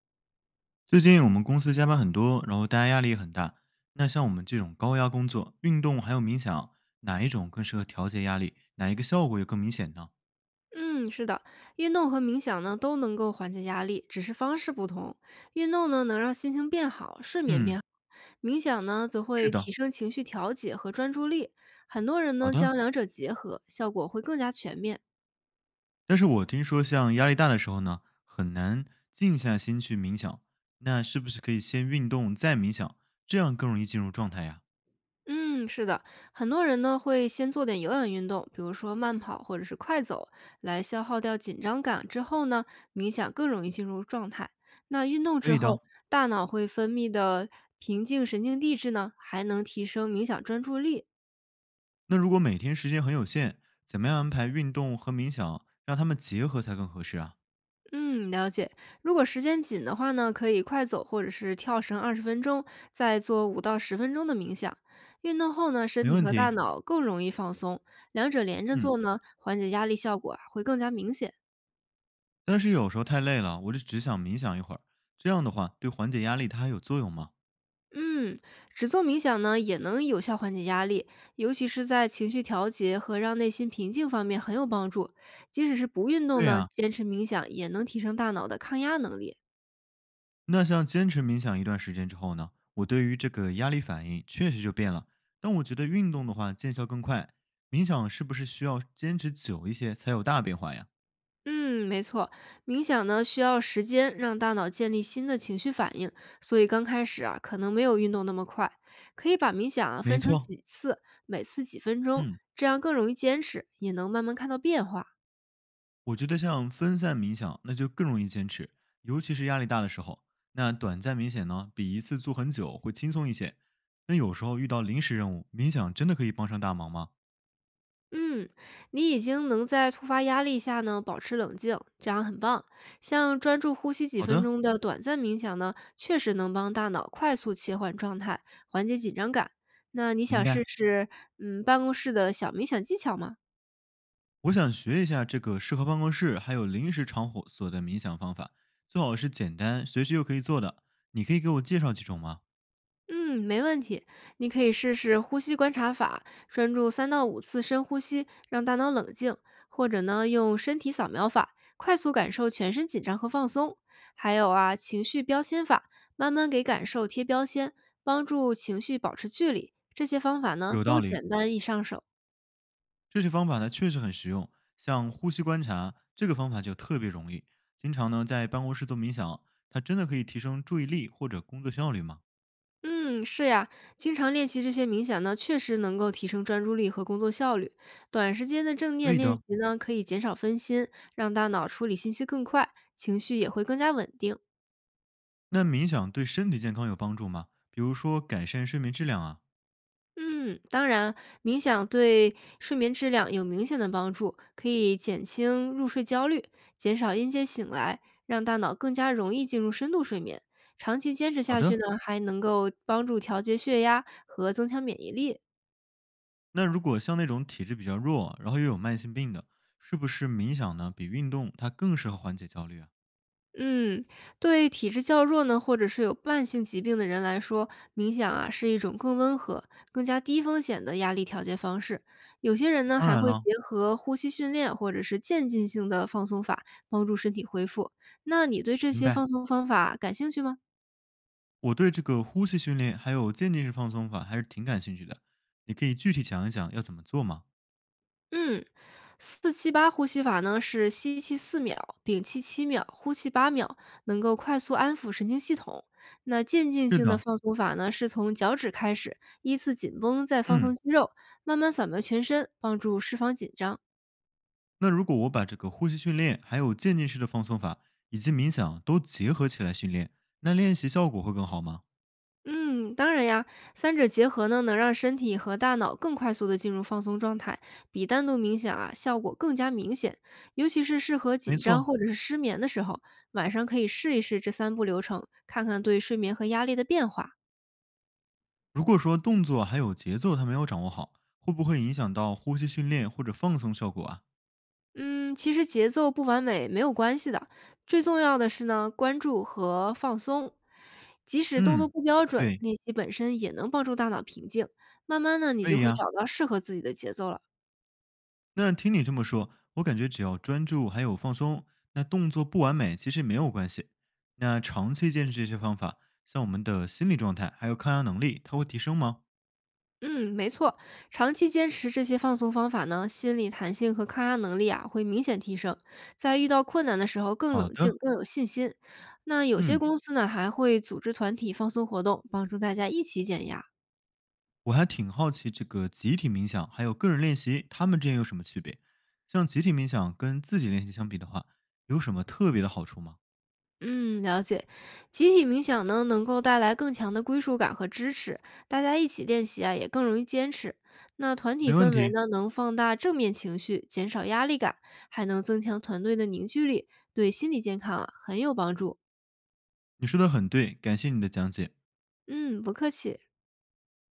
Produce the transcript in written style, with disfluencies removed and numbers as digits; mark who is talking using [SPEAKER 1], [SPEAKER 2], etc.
[SPEAKER 1] 最近我们公司加班很多，然后大家压力也很大。那像我们这种高压工作，运动还有冥想，哪一种更适合调节压力？哪一个效果也更明显呢？
[SPEAKER 2] 嗯，是的，运动和冥想呢都能够缓解压力，只是方式不同。运动呢能让心情变好，睡眠变
[SPEAKER 1] 嗯，
[SPEAKER 2] 好；冥想呢则
[SPEAKER 1] 是
[SPEAKER 2] 会提
[SPEAKER 1] 的，
[SPEAKER 2] 升情绪调节和专注力。很多人
[SPEAKER 1] 好
[SPEAKER 2] 呢
[SPEAKER 1] 的。
[SPEAKER 2] 将两者结合，效果会更加全面。
[SPEAKER 1] 但是我听说，像压力大的时候呢，很难静下心去冥想。那是不是可以先运动再冥想，这样更容易进入状态呀？
[SPEAKER 2] 嗯，是的，很多人呢会先做点有氧运动，比如说慢跑或者是快走，来消耗掉紧张感。之后呢，冥想更容易进入状态。那运动
[SPEAKER 1] 可
[SPEAKER 2] 之
[SPEAKER 1] 以
[SPEAKER 2] 后，
[SPEAKER 1] 的。
[SPEAKER 2] 大脑会分泌的平静神经递质呢，还能提升冥想专注力。
[SPEAKER 1] 那如果每天时间很有限，怎么样安排运动和冥想，让他们结合才更合适啊？
[SPEAKER 2] 嗯，了解。如果时间紧的话呢，可以快走或者是跳绳20分钟，再做5到10分钟的冥想。运动后呢，身
[SPEAKER 1] 没
[SPEAKER 2] 体
[SPEAKER 1] 问
[SPEAKER 2] 和大
[SPEAKER 1] 题。
[SPEAKER 2] 脑更容易放松，两者连着
[SPEAKER 1] 嗯。
[SPEAKER 2] 做呢，缓解压力效果啊会更加明显。
[SPEAKER 1] 但是有时候太累了，我就只想冥想一会儿，这样的话对缓解压力它还有作用吗？
[SPEAKER 2] 嗯，只做冥想呢，也能有效缓解压力，尤其是在情绪调节和让内心平静方面很有帮助。即使是不运
[SPEAKER 1] 对
[SPEAKER 2] 动呢，
[SPEAKER 1] 呀、
[SPEAKER 2] 坚持冥想也能提升大脑的抗压能力。
[SPEAKER 1] 那像坚持冥想一段时间之后呢，我对于这个压力反应确实就变了。但我觉得运动的话见效更快，冥想是不是需要坚持久一些才有大变化呀？
[SPEAKER 2] 嗯，没错，冥想呢需要时间让大脑建立新的情绪反应，所以刚开始啊可能没有运动那么快。可以把冥想啊
[SPEAKER 1] 没
[SPEAKER 2] 分成
[SPEAKER 1] 错，
[SPEAKER 2] 几次，每次几分钟，
[SPEAKER 1] 嗯，
[SPEAKER 2] 这样更容易坚持，也能慢慢看到变化。
[SPEAKER 1] 我觉得像分散冥想那就更容易坚持，尤其是压力大的时候。那短暂冥想呢，比一次做很久会轻松一些。那有时候遇到临时任务，冥想真的可以帮上大忙吗？
[SPEAKER 2] 嗯，你已经能在突发压力下呢保持冷静，这样很棒。像专注呼吸几
[SPEAKER 1] 好
[SPEAKER 2] 分
[SPEAKER 1] 的，
[SPEAKER 2] 钟的短暂冥想呢，确实能帮大脑快速切换状态，缓解紧张感。那你
[SPEAKER 1] 明
[SPEAKER 2] 想试
[SPEAKER 1] 白。
[SPEAKER 2] 试办公室的小冥想技巧吗？
[SPEAKER 1] 我想学一下这个适合办公室还有临时场所的冥想方法，最好是简单、随时又可以做的。你可以给我介绍几种吗？
[SPEAKER 2] 嗯，没问题。你可以试试呼吸观察法，专注3到5次深呼吸，让大脑冷静；或者呢，用身体扫描法，快速感受全身紧张和放松。还有啊，情绪标签法，慢慢给感受贴标签，帮助情绪保持距离。这些方法呢，
[SPEAKER 1] 有道
[SPEAKER 2] 都
[SPEAKER 1] 理，
[SPEAKER 2] 简单易上手。
[SPEAKER 1] 这些方法呢确实很实用，像呼吸观察这个方法就特别容易。经常呢在办公室做冥想，它真的可以提升注意力或者工作效率吗？
[SPEAKER 2] 嗯，是呀，经常练习这些冥想呢，确实能够提升专注力和工作效率。短时间的正
[SPEAKER 1] 可
[SPEAKER 2] 念
[SPEAKER 1] 以
[SPEAKER 2] 练习
[SPEAKER 1] 的。
[SPEAKER 2] 呢，可以减少分心，让大脑处理信息更快，情绪也会更加稳定。
[SPEAKER 1] 那冥想对身体健康有帮助吗？比如说改善睡眠质量啊？
[SPEAKER 2] 嗯，当然，冥想对睡眠质量有明显的帮助，可以减轻入睡焦虑，减少因接醒来，让大脑更加容易进入深度睡眠。长期坚持
[SPEAKER 1] 好
[SPEAKER 2] 下去
[SPEAKER 1] 的，
[SPEAKER 2] 呢，还能够帮助调节血压和增强免疫力。
[SPEAKER 1] 那如果像那种体质比较弱，然后又有慢性病的，是不是冥想呢比运动它更适合缓解焦虑啊？
[SPEAKER 2] 嗯，对体质较弱呢，或者是有慢性疾病的人来说，冥想啊是一种更温和、更加低风险的压力调节方式。有些人呢
[SPEAKER 1] 当
[SPEAKER 2] 还
[SPEAKER 1] 然
[SPEAKER 2] 会
[SPEAKER 1] 了，
[SPEAKER 2] 结合呼吸训练或者是渐进性的放松法，帮助身体恢复。那你对这
[SPEAKER 1] 明
[SPEAKER 2] 些
[SPEAKER 1] 白。
[SPEAKER 2] 放松方法感兴趣吗？
[SPEAKER 1] 我对这个呼吸训练还有渐进式放松法还是挺感兴趣的，你可以具体讲一讲要怎么做吗？
[SPEAKER 2] 嗯，478呼吸法呢是吸气4秒，屏气7秒，呼气8秒，能够快速安抚神经系统。那渐进
[SPEAKER 1] 是
[SPEAKER 2] 性的
[SPEAKER 1] 的，
[SPEAKER 2] 放松法呢，是从脚趾开始，依次紧绷，再放松
[SPEAKER 1] 嗯。
[SPEAKER 2] 肌肉，慢慢扫描全身，帮助释放紧张。
[SPEAKER 1] 那如果我把这个呼吸训练还有渐进式的放松法以及冥想都结合起来训练，那练习效果会更好吗？
[SPEAKER 2] 嗯，当然呀，三者结合呢，能让身体和大脑更快速的进入放松状态，比单独冥想啊效果更加明显。尤其是适合
[SPEAKER 1] 没
[SPEAKER 2] 紧张
[SPEAKER 1] 错。
[SPEAKER 2] 或者是失眠的时候，晚上可以试一试这三步流程，看看对睡眠和压力的变化。
[SPEAKER 1] 如果说动作还有节奏它没有掌握好，会不会影响到呼吸训练或者放松效果啊？
[SPEAKER 2] 嗯，其实节奏不完美没有关系的，最重要的是呢，关注和放松。即使动作
[SPEAKER 1] 嗯，
[SPEAKER 2] 不标准，
[SPEAKER 1] 对，
[SPEAKER 2] 练习本身也能帮助大脑平静。慢慢呢，你
[SPEAKER 1] 可
[SPEAKER 2] 就
[SPEAKER 1] 以
[SPEAKER 2] 会
[SPEAKER 1] 呀。
[SPEAKER 2] 找到适合自己的节奏了。
[SPEAKER 1] 那听你这么说，我感觉只要专注还有放松，那动作不完美其实没有关系。那长期坚持这些方法，像我们的心理状态还有抗压能力，它会提升吗？
[SPEAKER 2] 嗯，没错，长期坚持这些放松方法呢，心理弹性和抗压能力啊会明显提升，在遇到困难的时候更
[SPEAKER 1] 好
[SPEAKER 2] 冷静、
[SPEAKER 1] 的，
[SPEAKER 2] 更有信心。那有些
[SPEAKER 1] 嗯，
[SPEAKER 2] 公司呢还会组织团体放松活动，帮助大家一起减压。
[SPEAKER 1] 我还挺好奇这个集体冥想还有个人练习，他们之间有什么区别？像集体冥想跟自己练习相比的话，有什么特别的好处吗？
[SPEAKER 2] 嗯，了解。集体冥想呢能够带来更强的归属感和支持，大家一起练习啊也更容易坚持。那团体
[SPEAKER 1] 没问
[SPEAKER 2] 氛围
[SPEAKER 1] 题，
[SPEAKER 2] 呢能放大正面情绪，减少压力感，还能增强团队的凝聚力，对心理健康啊很有帮助。
[SPEAKER 1] 你说的很对，感谢你的讲解。
[SPEAKER 2] 嗯，不客气。